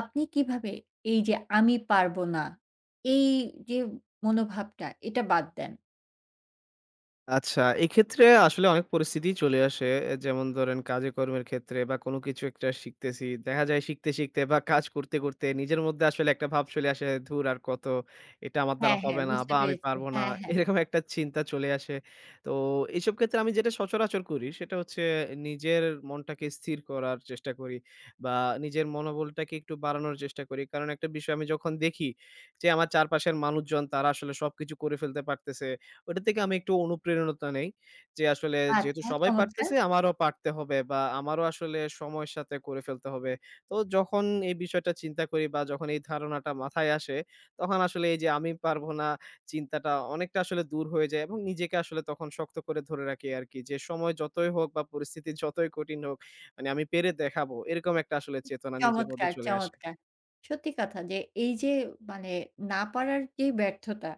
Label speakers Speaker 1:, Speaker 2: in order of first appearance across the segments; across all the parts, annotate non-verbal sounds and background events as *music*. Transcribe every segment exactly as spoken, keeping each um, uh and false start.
Speaker 1: আপনি কিভাবে এই যে আমি পারবো না, এই যে মনোভাবটা এটা বাদ দেন?
Speaker 2: আচ্ছা, এক্ষেত্রে আসলে অনেক পরিস্থিতিই চলে আসে। এ যেমন ধরেন কাজে-কর্মের ক্ষেত্রে বা কোনো কিছু একটা শিখতেছি। দেখা যায় শিখতে, শিখতে বা কাজ করতে, করতে নিজের মধ্যে আসলে একটা ভাব চলে আসে, "ধুর আর কত! এটা আমার দ্বারা
Speaker 1: হ্যাঁ, হ্যাঁ
Speaker 2: হবে না
Speaker 1: বুঝতে
Speaker 2: বা আমি
Speaker 1: পেরেছি।
Speaker 2: পারবো না।"
Speaker 1: হ্যাঁ, হ্যাঁ।
Speaker 2: *laughs* এরকম একটা চিন্তা চলে আসে। তো এইসব ক্ষেত্রে আমি যেটা সচরাচর করি সেটা হচ্ছে নিজের মনটাকে স্থির করার চেষ্টা করি বা নিজের মনোবলটাকে একটু বাড়ানোর চেষ্টা করি। কারণ একটা বিষয় আমি যখন দেখি যে আমার চারপাশের মানুষজন তারা আসলে সবকিছু করে ফেলতে পারতেছে। ওটা থেকে আমি একটু অনুপ্রেরণা নেই। যে আসলে যেহেতু
Speaker 1: আচ্ছা
Speaker 2: সবাই
Speaker 1: চমৎকার,
Speaker 2: পারতেছে আমারও পারতে হবে বা আমারও আসলে সময়ের সাথে করে ফেলতে হবে। তো যখন এই বিষয়টা চিন্তা করি বা যখন এই ধারণাটা মাথায় আসে, তখন আসলে এই যে আমি পারবো না চিন্তাটা অনেকটা আসলে দূর হয়ে যায় এবং নিজেকে আসলে তখন শক্ত করে ধরে রাখি আরকি। যে সময় যতই হোক বা পরিস্থিতি যতই কঠিন হোক, মানে আমি পেরে দেখাবো। এরকম একটা আসলে চেতনা নিজের মধ্যে
Speaker 1: চমৎকার,
Speaker 2: চলে আসে।
Speaker 1: চমৎকার। সত্যি কথা যে এই যে মানে না পারার যে ব্যর্থতা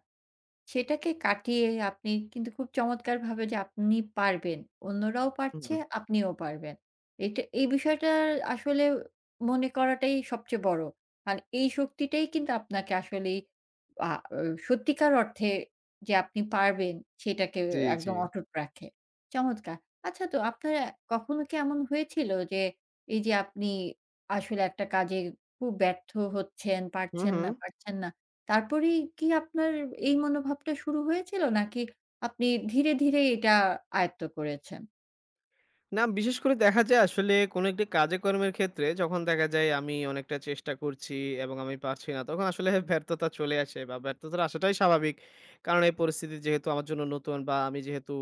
Speaker 1: সেটাকে কাটিয়ে আপনি কিন্তু খুব চমৎকারভাবে যে আপনি পারবেন। অন্যরাও
Speaker 2: হুম,
Speaker 1: পারছে, আপনিও পারবেন। এটা এই বিষয়টা আসলে মনে করাটাই সবচেয়ে বড়। আর এই শক্তিটাই কিন্তু আপনাকে আসলেই আ ও সত্যিকার অর্থে যে আপনি পারবেন, সেটাকে
Speaker 2: জি, জি।
Speaker 1: একদম অটুট রাখে। চমৎকার! আচ্ছা তো আপনার অ্যা কখনো কি এমন হয়েছিল যে, এই যে আপনি আসলে একটা কাজে খুব ব্যর্থ হচ্ছেন,
Speaker 2: হু,
Speaker 1: পারছেন
Speaker 2: হু।
Speaker 1: না, পারছেন না। তারপরেই কি আপনার এই মনোভাবটা শুরু হয়েছিল? নাকি আপনি ধীরে, ধীরে এটা আয়ত্ত করেছেন?
Speaker 2: না, বিশেষ করে দেখা যায় আসলে কোনো একটি কাজে কর্মের ক্ষেত্রে যখন দেখা যায় আমি অনেকটা চেষ্টা করছি এবং আমি পারছি না, তখন আসলে *laughs* ব্যর্থতা চলে আসে বা ব্যর্থতার আসাটাই স্বাভাবিক। কারণ এই পরিস্থিতি যেহেতু আমার জন্য নতুন বা আমি যেহেতু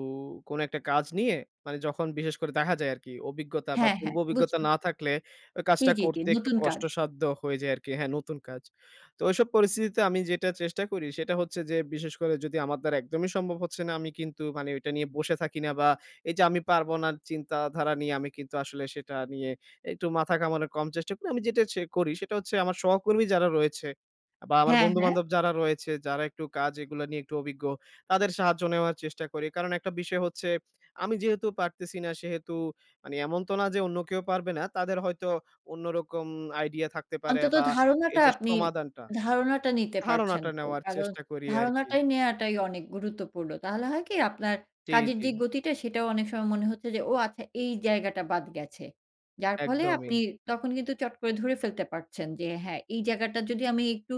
Speaker 2: কোনো একটা কাজ নিয়ে মানে যখন বিশেষ করে দেখা যায় আরকি অভিজ্ঞতা বা
Speaker 1: হ্যাঁ,
Speaker 2: পূর্ব
Speaker 1: হ্যাঁ,
Speaker 2: অভিজ্ঞতা
Speaker 1: বুঝছেন।
Speaker 2: না থাকলে ওই
Speaker 1: জি,
Speaker 2: কাজটা
Speaker 1: জি, জি,
Speaker 2: করতে একটু
Speaker 1: নতুন কাজ।
Speaker 2: কষ্টসাধ্য হয়ে যায় আরকি। হ্যাঁ, নতুন কাজ। তো ওইসব পরিস্থিতিতে আমি যেটা চেষ্টা করি সেটা হচ্ছে যে বিশেষ করে যদি আমার দ্বারা একদমই সম্ভব হচ্ছে না আমি কিন্তু মানে ওইটা নিয়ে বসে থাকি না বা এই যে আমি পারবো না চিন্তাধারা নিয়ে আমি কিন্তু আসলে সেটা নিয়ে একটু মাথা ঘামানোর কম চেষ্টা করি। আমি যেটা সে করি সেটা হচ্ছে আমার সহকর্মী যারা রয়েছে বা আমার
Speaker 1: হ্যাঁ, হ্যাঁ।
Speaker 2: বন্ধু-বান্ধব যারা রয়েছে, যারা একটু কাজ এগুলা নিয়ে একটু অভিজ্ঞ, তাদের সাহায্য নেওয়ার চেষ্টা করি। কারণ একটা বিষয় হচ্ছে আমি যেহেতু পারতেছি না সেহেতু মানে এমন তো না যে অন্য কেউ পারবে না। তাদের হয়তো অন্যরকম আইডিয়া থাকতে পারে
Speaker 1: অন্তত
Speaker 2: বা
Speaker 1: ধারণাটা
Speaker 2: এই যে
Speaker 1: আপনি
Speaker 2: সমাধানটা,
Speaker 1: ধারণাটা নিতে পারছেন
Speaker 2: ধারণাটা
Speaker 1: তো।
Speaker 2: নেওয়ার
Speaker 1: কারণ
Speaker 2: চেষ্টা করি আরকি।
Speaker 1: ধারণাটাই নেয়াটাই অনেক গুরুত্বপূর্ণ। তাহলে হয় কি আপনার
Speaker 2: জি,
Speaker 1: কাজের
Speaker 2: জি।
Speaker 1: যে গতিটা সেটাও অনেক সময় মনে হচ্ছে যে, "ও আচ্ছা এই জায়গাটা বাদ গেছে।" যার ফলে
Speaker 2: একদমই।
Speaker 1: আপনি তখন কিন্তু চট করে ধরে ফেলতে পারছেন যে, "হ্যাঁ, এই জায়গাটা যদি আমি একটু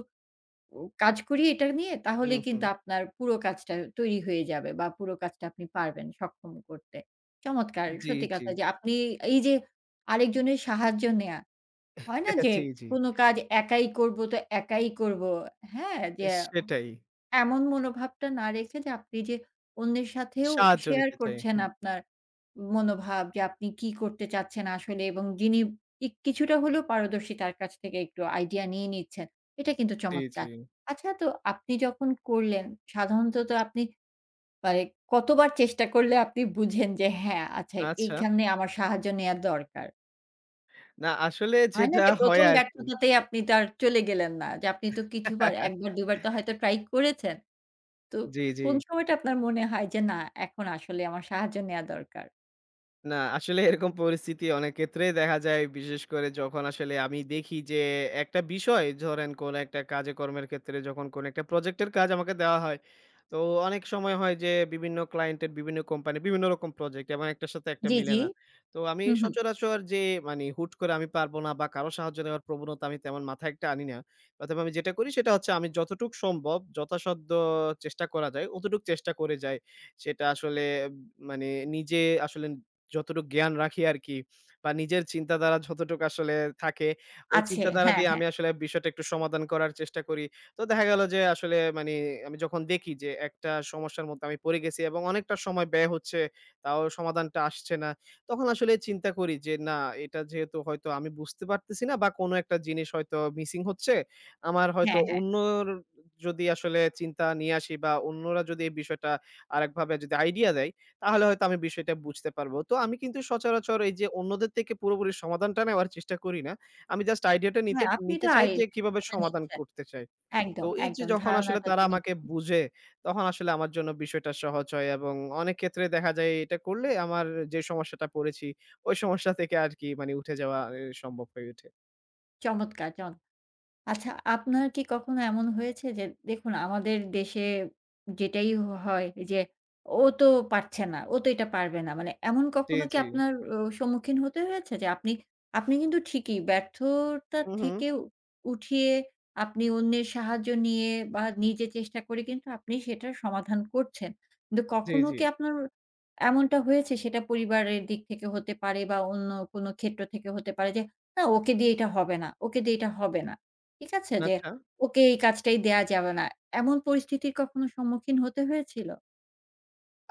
Speaker 1: ও কাজ করি এটা নিয়ে তাহলে
Speaker 2: হুম, হুম।
Speaker 1: কিন্তু আপনার পুরো কাজটা তৈরি হয়ে যাবে বা পুরো কাজটা আপনি পারবেন সক্ষম করতে। চমৎকার!
Speaker 2: জি,
Speaker 1: সত্যি
Speaker 2: জি।
Speaker 1: কথা যে আপনি এই যে আরেকজনের সাহায্য নেয়া, হয় না
Speaker 2: *laughs*
Speaker 1: যে
Speaker 2: জি, জি।
Speaker 1: কোনো কাজ একাই করব তো একাই করব, হ্যাঁ? যে
Speaker 2: সেটাই।
Speaker 1: এমন মনোভাবটা না রেখে যে আপনি যে অন্যের সাথেও
Speaker 2: সাহায্য
Speaker 1: শেয়ার
Speaker 2: নিতে চাই।
Speaker 1: করছেন
Speaker 2: হুম,
Speaker 1: আপনার মনোভাব যে আপনি কি করতে চাচ্ছেন আসলে এবং যিনি ই- কিছুটা হলেও পারদর্শী তার কাছ থেকে একটু আইডিয়া নিয়ে নিচ্ছেন এটা কিন্তু
Speaker 2: জি, জি।
Speaker 1: চমৎকার। আচ্ছা তো আপনি যখন করলেন সাধারণত তো আপনি মানে কতবার চেষ্টা করলে আপনি বুঝেন যে হ্যাঁ আচ্ছা
Speaker 2: আচ্ছা।
Speaker 1: এইখানে আমার সাহায্য নেওয়ার দরকার?
Speaker 2: না আসলে
Speaker 1: হয় না
Speaker 2: যেটা
Speaker 1: যে
Speaker 2: হয়
Speaker 1: প্রথম
Speaker 2: আরকি।
Speaker 1: ব্যর্থতাতেই আপনি তার চলে গেলেন না যে আপনি তো কিছুবার
Speaker 2: *laughs*
Speaker 1: একবার দুবার তো হয়তো ট্রাই করেছেন। তো
Speaker 2: জি, জি।
Speaker 1: কোন সময়টা আপনার মনে হয় যে না এখন আসলে আমার সাহায্য নেয়া দরকার?
Speaker 2: না, আসলে এরকম পরিস্থিতি অনেক ক্ষেত্রেই দেখা যায়। বিশেষ করে যখন আসলে আমি দেখি যে একটা বিষয় ধরেন কোন একটা কাজে কর্মের ক্ষেত্রে যখন কোন একটা প্রজেক্টের কাজ আমাকে দেওয়া হয়। তো অনেক সময় হয় যে বিভিন্ন ক্লায়েন্টের বিভিন্ন কোম্পানি বিভিন্ন রকম প্রজেক্ট এবং একটার সাথে একটা
Speaker 1: জি,
Speaker 2: মিলে
Speaker 1: জি।
Speaker 2: না। তো আমি
Speaker 1: হুম, হুম।
Speaker 2: সচরাচর যে মানে হুট করে আমি পারব না বা কারো সাহায্য নেওয়ার প্রবণতা আমি তেমন মাথায় একটা আনি না। অথবা আমি যেটা করি সেটা হচ্ছে আমি যতটুক সম্ভব যথাসাধ্য চেষ্টা করা যায় অতটুক চেষ্টা করে যাই। সেটা আসলে উম, মানে নিজে আসলে যতটুক জ্ঞান রাখি আরকি বা নিজের চিন্তাধারা যতটুকু আসলে থাকে, ওই
Speaker 1: আছে।
Speaker 2: চিন্তাধারা
Speaker 1: হ্যাঁ,
Speaker 2: দিয়ে
Speaker 1: হ্যাঁ।
Speaker 2: আমি আসলে বিষয়টা একটু সমাধান করার চেষ্টা করি। তো দেখা গেল যে আসলে মানি আমি যখন দেখি যে একটা সমস্যার মধ্যে আমি পড়ে গেছি এবং অনেকটা সময় ব্যয় হচ্ছে, তাও সমাধানটা আসছে না। তখন আসলে চিন্তা করি যে না এটা যেহেতু হয়তো আমি বুঝতে পারতেছি না বা কোনো একটা জিনিস হয়তো মিসিং হচ্ছে। আমার হয়তো
Speaker 1: হ্যাঁ, হ্যাঁ।
Speaker 2: অন্যর যদি আসলে চিন্তা নিয়ে আসি বা অন্যরা যদি এই বিষয়টা আরেকভাবে যদি আইডিয়া দেয় তাহলে হয়তো আমি বিষয়টা বুঝতে পারবো। তো আমি কিন্তু সচরাচর এই যে অন্যদের থেকে পুরোপুরি সমাধানটা নেওয়ার চেষ্টা করি না। আমি জাস্ট আইডিয়াটা নিতে
Speaker 1: হ্যাঁ, আপনি
Speaker 2: নিতে
Speaker 1: তো
Speaker 2: চাই
Speaker 1: আই
Speaker 2: যে কিভাবে
Speaker 1: *unintelligible*
Speaker 2: সমাধান
Speaker 1: নিচ্ছেন।
Speaker 2: করতে চাই। তো
Speaker 1: একদম,
Speaker 2: এই যে
Speaker 1: একদম।
Speaker 2: যখন আসলে
Speaker 1: ধারণাটা তো
Speaker 2: তারা আমাকে
Speaker 1: নিচ্ছেন।
Speaker 2: বুঝে, তখন আসলে আমার জন্য বিষয়টা সহজ হয় এবং অনেক ক্ষেত্রে দেখা যায় এটা করলে আমার যে সমস্যাটা পড়েছি, ওই সমস্যা থেকে আর কি মানে উঠে যাওয়া এ সম্ভব হয়ে ওঠে।
Speaker 1: চমৎকার, চমৎকার। আচ্ছা, আপনার কি কখনো এমন হয়েছে যে দেখুন আমাদের দেশে যেটাই হ হয় যে ও তো পারছে না, ও তো এটা পারবে না। মানে এমন
Speaker 2: জি,
Speaker 1: কখনো কি
Speaker 2: জি।
Speaker 1: আপনার ও সম্মুখীন হতে হয়েছে যে আপনি আপনি কিন্তু ঠিকই ব্যর্থতা
Speaker 2: হু, হু।
Speaker 1: থেকে উ- উঠিয়ে আপনি অন্যের সাহায্য নিয়ে বা নিজে চেষ্টা করে কিন্তু আপনি সেটার সমাধান করছেন। কিন্তু
Speaker 2: জি,
Speaker 1: কখনো
Speaker 2: জি।
Speaker 1: কি আপনার এমনটা হয়েছে সেটা পরিবারের দিক থেকে হতে পারে বা অন্য কোনো ক্ষেত্র থেকে হতে পারে যে, "না ওকে দিয়ে এটা হবে না, ওকে দিয়ে এটা হবে না।" ঠিক আছে? যে
Speaker 2: আচ্ছা।
Speaker 1: ওকে এই কাজটাই দেয়া যাবে না। এমন পরিস্থিতির কখনো সম্মুখীন হতে হয়েছিল?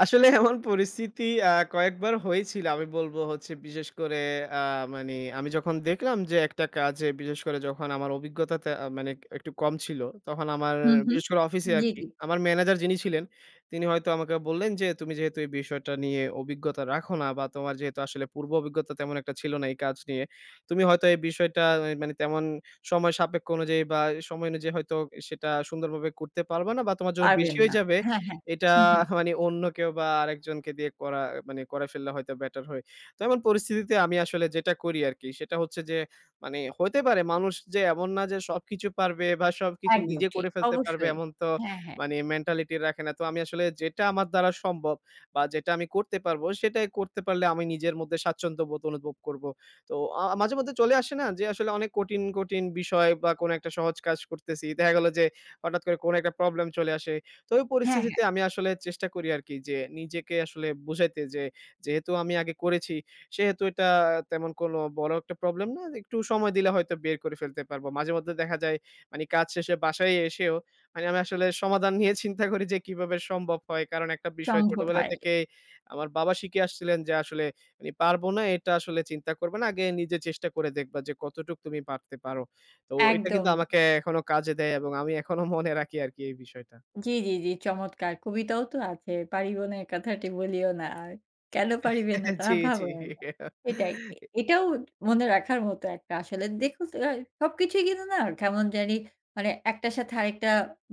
Speaker 2: আসলে এমন পরিস্থিতি আ কয়েকবার হয়েছিল। আমি বলব হচ্ছে বিশেষ করে আ মানে আমি যখন দেখলাম যে একটা কাজে বিশেষ করে যখন আমার অভিজ্ঞতাতে আ মানে একটু কম ছিল, তখন আমার
Speaker 1: হুম, হুম।
Speaker 2: বিশেষ করে অফিসে
Speaker 1: জি,
Speaker 2: আরকি।
Speaker 1: জি।
Speaker 2: আমার ম্যানেজার যিনি ছিলেন, তিনি হয়তো আমাকে বললেন যে, "তুমি যেহেতু এই বিষয়টা নিয়ে অভিজ্ঞতা রাখো না বা তোমার যেহেতু আসলে পূর্ব অভিজ্ঞতা তেমন একটা ছিল না এই কাজ নিয়ে, তুমি হয়তো এই বিষয়টা এ মানে তেমন সময় সাপেক্ষ অনুযায়ী বা সময় অনুযায়ী হয়তো সেটা সুন্দরভাবে করতে পারবা না বা তোমার জন্য বেশি
Speaker 1: পারবেন
Speaker 2: হয়ে
Speaker 1: না।
Speaker 2: যাবে।"
Speaker 1: হ্যাঁ, হ্যাঁ।
Speaker 2: এটা
Speaker 1: হুম, হুম।
Speaker 2: *laughs* মানে অন্য কেউ বা আরেকজনকে দিয়ে করা মানে করে ফেললে হয়তো বেটার হয়। তো এমন পরিস্থিতিতে আমি আসলে যেটা করি আরকি সেটা হচ্ছে যে মানে হতে পারে মানুষ যে এমন না যে সবকিছু পারবে বা সবকিছু
Speaker 1: একদম
Speaker 2: নিজে
Speaker 1: ঠিক।
Speaker 2: করে ফেলতে পারবে
Speaker 1: অবশ্যই।
Speaker 2: এমন তো
Speaker 1: হ্যাঁ, হ্যাঁ।
Speaker 2: মানে মেন্টালিটি রাখে না। তো আমি আসলে যেটা আমার দ্বারা সম্ভব বা যেটা আমি করতে পারবো সেটাই করতে পারলে আমি নিজের মধ্যে স্বাচ্ছন্দ্য বোধ অনুভব করবো। তো আ মাঝেমধ্যে চলে আসে না যে আসলে অনেক কঠিন, কঠিন বিষয় বা কোনো একটা সহজ কাজ করতেছি। দেখা গেল যে হঠাৎ করে কোনো একটা প্রবলেম চলে আসে। তো ওই
Speaker 1: হ্যাঁ, হ্যাঁ।
Speaker 2: পরিস্থিতিতে আমি আসলে চেষ্টা করি আরকি যে নিজেকে আসলে বুঝাইতে যে, যেহেতু আমি আগে করেছি সেহেতু এটা তেমন কোনো বড় একটা প্রবলেম না। একটু সময় দিলে হয়তো বের করে ফেলতে পারবো। মাঝেমধ্যে দেখা যায় মানে কাজ শেষে বাসায় এসেও মানে আমি আসলে সমাধান নিয়ে *laughs* চিন্তা করি যে কিভাবে সম্ভব হয়। কারণ একটা বিষয়
Speaker 1: সম্ভব
Speaker 2: ছোটবেলা
Speaker 1: হয়।
Speaker 2: থেকেই আমার বাবা শিখে আসছিলেন যে আসলে মানে পারবো না এটা আসলে চিন্তা করবে না। আগে নিজে চেষ্টা করে দেখবা যে কতটুক তুমি পারতে পারো। তো এটা
Speaker 1: একদম।
Speaker 2: কিন্তু আমাকে এখনো কাজে দেয় এবং আমি এখনো মনে রাখি আরকি এই বিষয়টা।
Speaker 1: জি, জি, জি, চমৎকার। কবিতাও তো আছে। "পারিব না এ কথাটি বলিও না আর, কেন পারিবে না তাহা
Speaker 2: জি, জি।
Speaker 1: ভাবো একবার।" এটাই। এ এটাও মনে রাখার মতো একটা আসলে। দেখুন আ সবকিছুই কিন্তু না কেমন জানি মানে একটার সাথে আরেকটা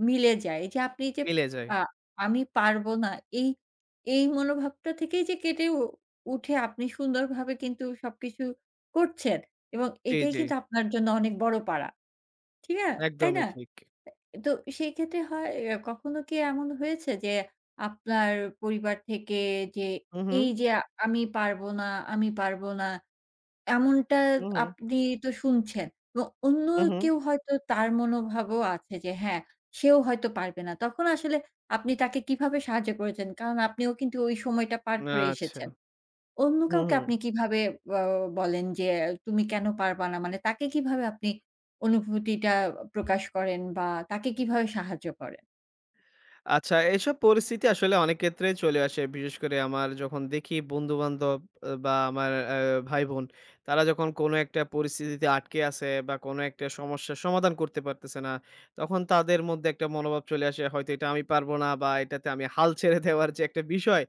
Speaker 1: মিলে যায়। এই যে আপনি যে
Speaker 2: মিলে যায়।
Speaker 1: আ আমি পারব না এই, এই মনোভাবটা থেকেই যে কেটে উ উঠে আপনি সুন্দরভাবে কিন্তু সবকিছু করছেন এবং
Speaker 2: জি,
Speaker 1: এটাই
Speaker 2: জি।
Speaker 1: কিন্তু আপনার জন্য অনেক বড় পারা। ঠিক আ তাই না?
Speaker 2: একদমই ঠিক।
Speaker 1: তো সেই ক্ষেত্রে হয় আহ, কখনো কি এমন হয়েছে যে আপনার পরিবার থেকে যে
Speaker 2: হু, হু।
Speaker 1: এই যে আ আমি পারব না, আমি পারব না এমনটা
Speaker 2: হু, হু।
Speaker 1: আপনি তো শুনছেন। এবং অন্য
Speaker 2: হু, হু।
Speaker 1: কেউ হয়তো তার মনোভাবও আছে যে হ্যাঁ, সেও হয়তো পারবে না। তখন আসলে আপনি তাকে কিভাবে সাহায্য করেছেন? কারণ আপনিও কিন্তু ওই সময়টা পার করে
Speaker 2: আচ্ছা।
Speaker 1: এসেছেন। অন্য
Speaker 2: হু,
Speaker 1: কাউকে
Speaker 2: হু।
Speaker 1: আপনি কিভাবে অ বলেন যে, "তুমি কেন পারবা না?" মানে তাকে কিভাবে আপনি অনুভূতিটা প্রকাশ করেন বা তাকে কিভাবে সাহায্য করেন?
Speaker 2: আচ্ছা, এসব পরিস্থিতি আসলে অনেক ক্ষেত্রেই চলে আসে। বিশেষ করে আমার যখন দেখি বন্ধু-বান্ধব আ বা আমার আ ভাই-বোন তারা যখন কোনো একটা পরিস্থিতিতে আটকে আছে বা কোনো একটা সমস্যার সমাধান করতে পারতেছে না, তখন তাদের মধ্যে একটা মনোভাব চলে আসে হয়তো এটা আমি পারব না বা এটাতে আমি হাল ছেড়ে দেওয়ার যে একটা বিষয়,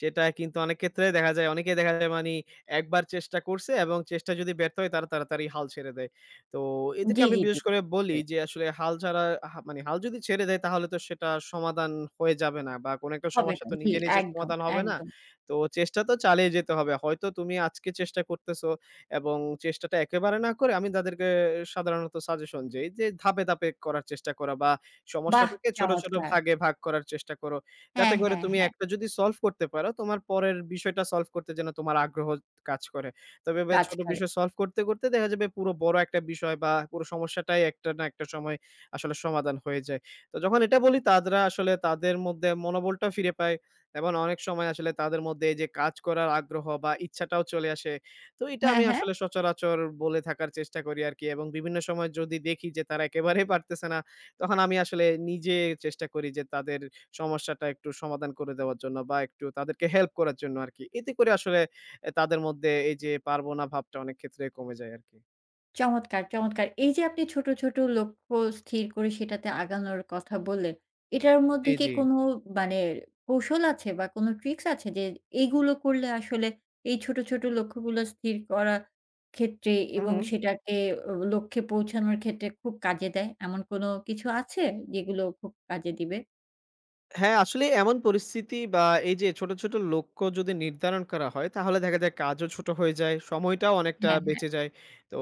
Speaker 2: সেটা কিন্তু অনেক ক্ষেত্রে দেখা যায় অনেকেই দেখা যায় মানি একবার চেষ্টা করছে এবং চেষ্টা যদি ব্যর্থ হয় তারা তাড়াতাড়ি হাল ছেড়ে দেয়। তো এদেরকে
Speaker 1: জি,
Speaker 2: আমি
Speaker 1: জি, জি।
Speaker 2: বিশেষ করে বলি
Speaker 1: নিশ্চয়ই।
Speaker 2: যে আসলে হাল ছাড়া হা মানে হাল যদি ছেড়ে দেয় তাহলে তো সেটা সমাধান হয়ে যাবে না বা কোনো একটা
Speaker 1: হবে
Speaker 2: সমস্যা
Speaker 1: না।
Speaker 2: তো
Speaker 1: জি,
Speaker 2: নিজে, নিজে
Speaker 1: একদম,
Speaker 2: সমাধান হবে না।
Speaker 1: একদম।
Speaker 2: তো চেষ্টা তো চালিয়ে যেতে হবে। হয়তো তুমি আজকে চেষ্টা করতেছো এবং চেষ্টাটা একেবারে না করে আমি তাদেরকে সাধারণত সাজেশন যেই যে ধাপে, ধাপে করার চেষ্টা করা বা
Speaker 1: বাহ!
Speaker 2: সমস্যাটাকে ছোট, ছোট
Speaker 1: চমৎকার।
Speaker 2: ভাগে ভাগ করার চেষ্টা করো।
Speaker 1: হ্যাঁ,
Speaker 2: যাতে করে
Speaker 1: হ্যাঁ,
Speaker 2: তুমি
Speaker 1: হ্যাঁ।
Speaker 2: একটা যদি সলভ করতে পারো তোমার পরের বিষয়টা সলভ করতে যেন তোমার আগ্রহ কাজ করে। তবে এভাবে
Speaker 1: কাজ
Speaker 2: ছোট
Speaker 1: করে।
Speaker 2: বিষয় সলভ করতে, করতে দেখা যাবে পুরো বড় একটা বিষয় বা পুরো সমস্যাটাই একটা না একটা সময় আসলে সমাধান হয়ে যায়। তো যখন এটা বলি তারা আসলে তাদের মধ্যে মনোবলটা ফিরে পায় এবং অনেক সময় আসলে তাদের মধ্যে এই যে কাজ করার আগ্রহ বা ইচ্ছাটাও চলে আসে। তো এটা
Speaker 1: হ্যাঁ,
Speaker 2: আমি
Speaker 1: হ্যাঁ।
Speaker 2: আসলে সচরাচর বলে থাকার চেষ্টা করি আরকি এবং বিভিন্ন সময় যদি দেখি যে তারা একেবারেই পারতেছে না, তখন আমি আসলে নিজে চেষ্টা করি যে তাদের সমস্যাটা একটু সমাধান করে দেওয়ার জন্য বা একটু তাদেরকে হেল্প করার জন্য আরকি। এতে করে আসলে এ তাদের মধ্যে এই যে পারব না ভাবটা অনেক ক্ষেত্রে কমে যায় আরকি।
Speaker 1: চমৎকার, চমৎকার। এই যে আপনি ছোট, ছোট লক্ষ্য স্থির করে সেটাতে আগানোর কথা বললেন, এটার মধ্যে
Speaker 2: জি,
Speaker 1: কি
Speaker 2: জি।
Speaker 1: কোনো মানে কৌশল আছে বা কোনো ট্রিক্স আছে যে এইগুলো করলে আসলে এই ছোট, ছোট লক্ষ্যগুলো স্থির করা ক্ষেত্রে
Speaker 2: হু,
Speaker 1: এবং
Speaker 2: হু।
Speaker 1: সেটাকে অ লক্ষ্যে পৌঁছানোর ক্ষেত্রে খুব কাজে দেয়? এমন কোনো কিছু আছে যেগুলো খুব কাজে দিবে?
Speaker 2: হ্যাঁ, আসলে এমন পরিস্থিতি বা এই যে ছোট, ছোট লক্ষ্য যদি নির্ধারণ করা হয় তাহলে দেখা যায় কাজও ছোট হয়ে যায়, সময়টাও অনেকটা
Speaker 1: হ্যাঁ, হ্যাঁ।
Speaker 2: বেঁচে যায়। তো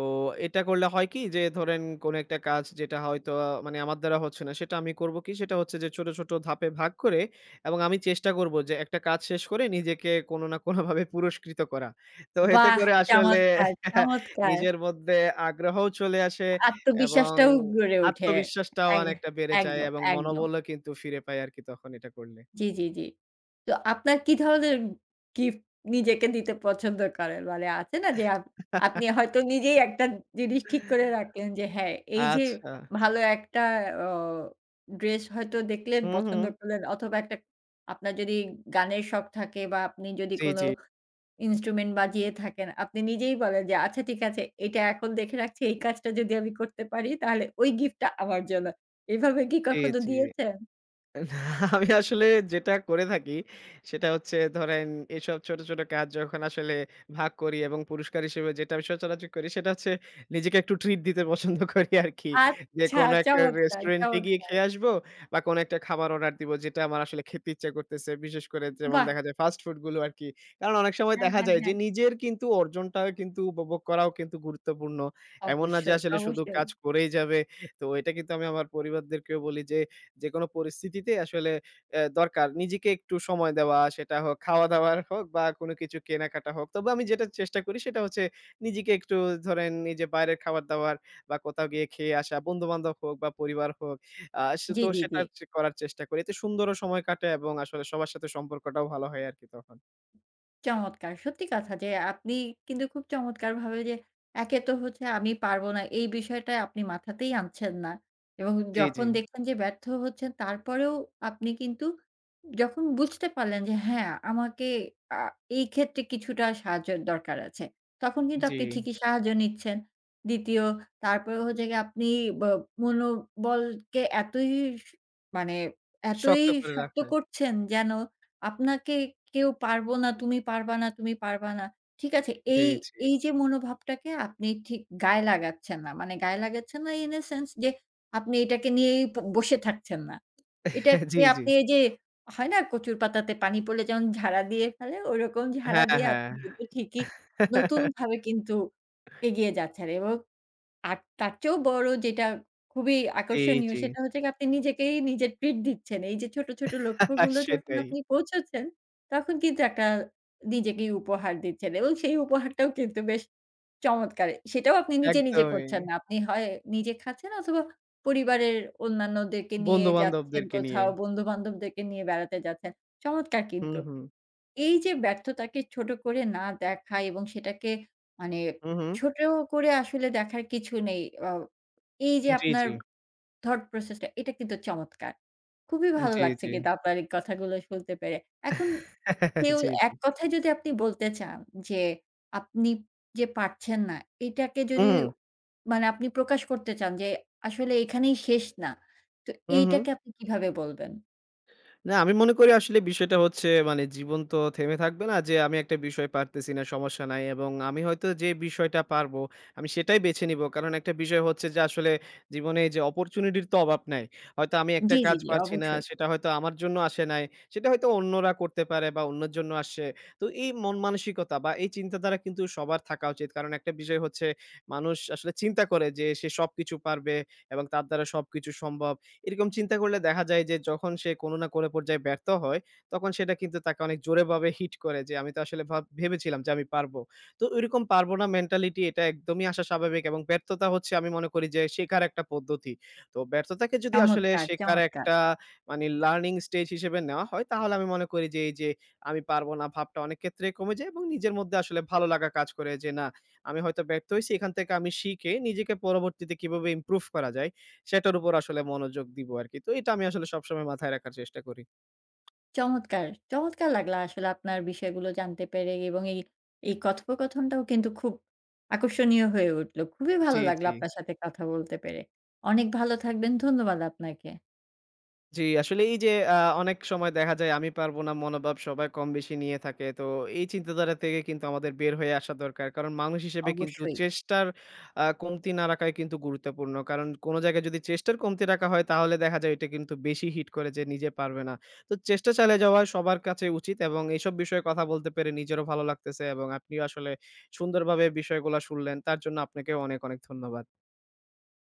Speaker 2: এটা করলে হয় কি যে ধরেন কোনো একটা কাজ যেটা হয়তো আ মানে আমার দ্বারা হচ্ছে না সেটা আমি করব কি সেটা হচ্ছে যে ছোট, ছোট ধাপে ভাগ করে এবং আমি চেষ্টা করব যে একটা কাজ শেষ করে নিজেকে কোনো না কোনোভাবে পুরস্কৃত করা। তো এতে
Speaker 1: বাহ!
Speaker 2: করে আসলে
Speaker 1: চমৎকার,
Speaker 2: *laughs*
Speaker 1: চমৎকার।
Speaker 2: নিজের মধ্যে আগ্রহও চলে আসে এবং
Speaker 1: আত্মবিশ্বাসটাও গড়ে ওঠে।
Speaker 2: আত্মবিশ্বাসটাও
Speaker 1: এক
Speaker 2: অনেকটা বেড়ে যায়
Speaker 1: একদম,
Speaker 2: এবং
Speaker 1: একদম।
Speaker 2: মনোবলও কিন্তু ফিরে পাই আরকি তখন এটা করলে।
Speaker 1: জি, জি, জি। তো আপনার কি ধরনের গিফট নিজেকে দিতে পছন্দ করেন? মানে আছে না যে আপ আপনি হয়তো নিজেই একটা জিনিস ঠিক করে রাখলেন যে হ্যাঁ, এই যে
Speaker 2: আচ্ছা।
Speaker 1: ভালো একটা অ ড্রেস হয়তো দেখলেন,
Speaker 2: হুম,
Speaker 1: পছন্দ
Speaker 2: হুম।
Speaker 1: করলেন অথবা একটা আপনার যদি গানের শখ থাকে বা আপনি যদি
Speaker 2: জি,
Speaker 1: কোনো
Speaker 2: জি,
Speaker 1: ইন্সট্রুমেন্ট বাজিয়ে থাকেন, আপনি নিজেই বলেন যে আচ্ছা ঠিক আছে এটা এখন দেখে রাখছি এই কাজটা যদি আমি করতে পারি তাহলে ওই গিফটটা আমার জন্য। এভাবে কি
Speaker 2: জি,
Speaker 1: কখনো
Speaker 2: জি।
Speaker 1: দিয়েছেন?
Speaker 2: *laughs* না, আমি আসলে যেটা করে থাকি সেটা হচ্ছে ধরেন এসব ছোট, ছোট কাজ যখন আসলে ভাগ করি এবং পুরস্কার হিসেবে যেটা আমি সচরাচর করি সেটা হচ্ছে নিজেকে একটু ট্রিট দিতে পছন্দ *laughs* করি আরকি। যে
Speaker 1: আচ্ছা
Speaker 2: কোনো একটা
Speaker 1: চমৎকার,
Speaker 2: রেস্টুরেন্টে গিয়ে
Speaker 1: চমৎকার।
Speaker 2: খেয়ে আসবো বা কোনো একটা খাবার অর্ডার দিব যেটা আমার আসলে খেতে ইচ্ছা করতেছে। বিশেষ করে যেমন
Speaker 1: বাহ!
Speaker 2: দেখা যায় ফাস্ট ফুড গুলো আরকি। কারণ অনেক সময়
Speaker 1: হ্যাঁ,
Speaker 2: দেখা
Speaker 1: হ্যাঁ,
Speaker 2: যায়
Speaker 1: হ্যাঁ।
Speaker 2: যে নিজের কিন্তু অর্জনটা কিন্তু উপভোগ করাও কিন্তু গুরুত্বপূর্ণ। এমন না যে
Speaker 1: অবশ্যই,
Speaker 2: আসলে শুধু
Speaker 1: অবশ্যই।
Speaker 2: কাজ করেই যাবে। তো এটা কিন্তু আমি আমার পরিবারদেরকেও বলি যে যেকোনো পরিস্থিতিতে আসলে অ্যা দরকার নিজেকে একটু সময় দেওয়া, সেটা হোক খাওয়া-দাওয়ার হোক বা কোনো কিছু কেনাকাটা হোক। তবে আমি যেটা চেষ্টা করি সেটা হচ্ছে নিজেকে একটু ধরেন এই যে বাইরের খাবার-দাবার বা কোথাও গিয়ে খেয়ে আসা, বন্ধু-বান্ধব হোক বা পরিবার হোক, আ সে
Speaker 1: জি,
Speaker 2: তো
Speaker 1: জি, জি।
Speaker 2: সেটা চে করার চেষ্টা করি। এতে সুন্দরও সময় কাটে এবং আসলে সবার সাথে সম্পর্কটাও ভালো হয় আরকি তখন।
Speaker 1: চমৎকার। সত্যি কথা যে আপনি কিন্তু খুব চমৎকারভাবে যে একে তো হচ্ছে আমি পারব না এই বিষয়টা আপনি মাথাতেই আনছেন না। এবং
Speaker 2: জি, জি,
Speaker 1: যখন দেখলেন যে ব্যর্থ হচ্ছেন তারপরেও আপনি কিন্তু যখন বুঝতে পারলেন যে হ্যাঁ, আমাকে আ এই ক্ষেত্রে কিছুটা সাহায্যের দরকার আছে। তখন কিন্তু
Speaker 2: জি।
Speaker 1: আপনি ঠিকই সাহায্য নিচ্ছেন। দ্বিতীয় তারপরে হচ্ছে গিয়ে আপনি ব মনোবলকে এতই স মানে এতই
Speaker 2: শক্ত করে
Speaker 1: শক্ত
Speaker 2: রাখায়।
Speaker 1: করছেন যেন আপনাকে কেউ পারবো না, তুমি পারবা না, তুমি পারবা না। ঠিক আছে?
Speaker 2: জি,
Speaker 1: এই,
Speaker 2: জি।
Speaker 1: এই যে মনোভাবটাকে আপনি ঠিক গায়ে লাগাচ্ছেন না। মানে গায়ে লাগাচ্ছেন না ইন আ সেন্স যে আপনি এটাকে নিয়েই ব বসে থাকছেন না।
Speaker 2: *laughs* জি,
Speaker 1: এটাকে
Speaker 2: জি।
Speaker 1: আপনি এই যে হয় না কচুর পাতাতে পানি পড়লে যেমন ঝাড়া দিয়ে ফেলে, ওরকম ঝাড়া
Speaker 2: হ্যাঁ,
Speaker 1: দিয়ে
Speaker 2: হ্যাঁ।
Speaker 1: আপনি কিন্তু ঠিকই
Speaker 2: *laughs*
Speaker 1: নতুনভাবে কিন্তু এগিয়ে যাচ্ছেন এবং আর তার চেয়েও বড় যেটা খুবই
Speaker 2: জি,
Speaker 1: আকর্ষণীয়
Speaker 2: জি।
Speaker 1: সেটা হচ্ছে গিয়ে আপনি নিজেকেই নিজে ট্রিট দিচ্ছেন। এই যে ছোট, ছোট
Speaker 2: *laughs*
Speaker 1: লক্ষ্যগুলো যখন
Speaker 2: সেটাই।
Speaker 1: আপনি পৌঁছাচ্ছেন, তখন কিন্তু একটা নিজেকেই উপহার দিচ্ছেন এবং সেই উপহারটাও কিন্তু বেশ চমৎকার। সেটাও আপনি নিজে, নিজে
Speaker 2: একদমই।
Speaker 1: করছেন না। আপনি হয় নিজে খাচ্ছেন অথবা পরিবারের অন্যান্যদেরকে নিয়ে যাচ্ছেন
Speaker 2: বন্ধু-বান্ধবদেরকে নিয়ে।
Speaker 1: কোথাও, বন্ধু-বান্ধবদেরকে নিয়ে বেড়াতে যাচ্ছেন। চমৎকার
Speaker 2: হুম,
Speaker 1: কিন্তু।
Speaker 2: হুম।
Speaker 1: এই যে ব্যর্থতাকে ছোট করে না দেখা এবং সেটাকে মানে
Speaker 2: হুম, হুম।
Speaker 1: ছোট করে আসলে দেখার কিছু নেই। আ এই যে
Speaker 2: জি,
Speaker 1: আপনার
Speaker 2: জি।
Speaker 1: thought process টা এটা কিন্তু চমৎকার। খুবই ভালো
Speaker 2: জি,
Speaker 1: লাগছে
Speaker 2: জি।
Speaker 1: কিন্তু আপনার এই কথাগুলো শুনতে পেরে। এখন
Speaker 2: *laughs*
Speaker 1: কেউ
Speaker 2: জি, জি।
Speaker 1: এক কথায় যদি আপনি বলতে চান যে আপনি যে পারছেন না এটাকে যদি
Speaker 2: হুম, হুম।
Speaker 1: মানে আপনি প্রকাশ করতে চান যে আসলে এখানেই শেষ না। তো
Speaker 2: হুম, হুম।
Speaker 1: এইটাকে আপনি কিভাবে বলবেন?
Speaker 2: না, আমি মনে করি আসলে বিষয়টা হচ্ছে মানে জীবন তো থেমে থাকবে না যে আমি একটা বিষয় পারতেছি না সমস্যা নাই এবং আমি হয়তো যে বিষয়টা পারবো আমি সেটাই বেছে নিব। কারণ একটা বিষয় হচ্ছে যে আসলে জীবনে যে অপরচুনিটির তো অভাব নাই। হয়তো আমি একটা
Speaker 1: জি, জি,
Speaker 2: কাজ
Speaker 1: জি,
Speaker 2: পারছি না
Speaker 1: অবশ্যই।
Speaker 2: সেটা হয়তো আমার জন্য আসে নাই। সেটা হয়তো অন্যরা করতে পারে বা অন্যের জন্য আসছে। তো এই মন মানসিকতা বা এই চিন্তাধারা কিন্তু সবার থাকা উচিত। কারণ একটা বিষয় হচ্ছে মানুষ আসলে চিন্তা করে যে সে সবকিছু পারবে এবং তার দ্বারা সবকিছু সম্ভব। এরকম চিন্তা করলে দেখা যায় যে যখন সে কোনো না কোনো পর্যায়ে ব্যর্থ হয়, তখন সেটা কিন্তু তাকে অনেক জোরেভাবে হিট করে যে আমি তো আসলে ভাব ভেবেছিলাম যে আমি পারবো। তো ওইরকম পারবো না মেন্টালিটি এটা একদমই আসা স্বাভাবিক এবং ব্যর্থতা হচ্ছে আমি মনে করি যে শেখার একটা পদ্ধতি। তো ব্যর্থতাকে যদি আসলে
Speaker 1: চমৎকার,
Speaker 2: শেখার
Speaker 1: চমৎকার।
Speaker 2: একটা মানে লার্নিং স্টেজ হিসেবে নেওয়া হয় তাহলে আমি মনে করি যে এই যে আমি পারবো না ভাবটা অনেক ক্ষেত্রেই কমে যায় এবং নিজের মধ্যে আসলে ভালো লাগা কাজ করে যে না আমি হয়তো ব্যর্থ হইছি এখান থেকে আমি শিখে নিজেকে পরবর্তীতে কিভাবে ইমপ্রুভ করা যায় সেটার উপর আসলে মনোযোগ দিব আরকি। তো এটা আমি আসলে সবসময় মাথায় রাখার চেষ্টা করি।
Speaker 1: চমৎকার! চমৎকার লাগলো আসলে আপনার বিষয়গুলো জানতে পেরে এবং এই, এই কথোপকথনটাও কিন্তু খুব আকর্ষণীয় হয়ে উঠলো। খুবই
Speaker 2: জি,
Speaker 1: ভালো লাগলো
Speaker 2: জি।
Speaker 1: আপনার সাথে কথা বলতে পেরে। অনেক ভালো থাকবেন। ধন্যবাদ আপনাকে।
Speaker 2: জি, আসলে এই যে আ অনেক সময় দেখা যায় আমি পারব না মনোভাব সবাই কম বেশি নিয়ে থাকে। তো এই চিন্তাধারা থেকে কিন্তু আমাদের বের হয়ে আসা দরকার। কারণ মানুষ হিসেবে কিন্তু
Speaker 1: অবশ্যই।
Speaker 2: চেষ্টার আ কমতি না রাখাই কিন্তু গুরুত্বপূর্ণ। কারণ কোন জায়গায় যদি চেষ্টার কমতি রাখা হয় তাহলে দেখা যায় এটা কিন্তু বেশি হিট করে যে নিজে পারবে না। তো চেষ্টা চালিয়ে যাওয়া সবার কাছে উচিত এবং এইসব বিষয়ে কথা বলতে পেরে নিজেরও ভালো লাগতেছে এবং আপনিও আসলে সুন্দরভাবে বিষয়গুলা শুনলেন। তার জন্য আপনাকেও অনেক, অনেক ধন্যবাদ।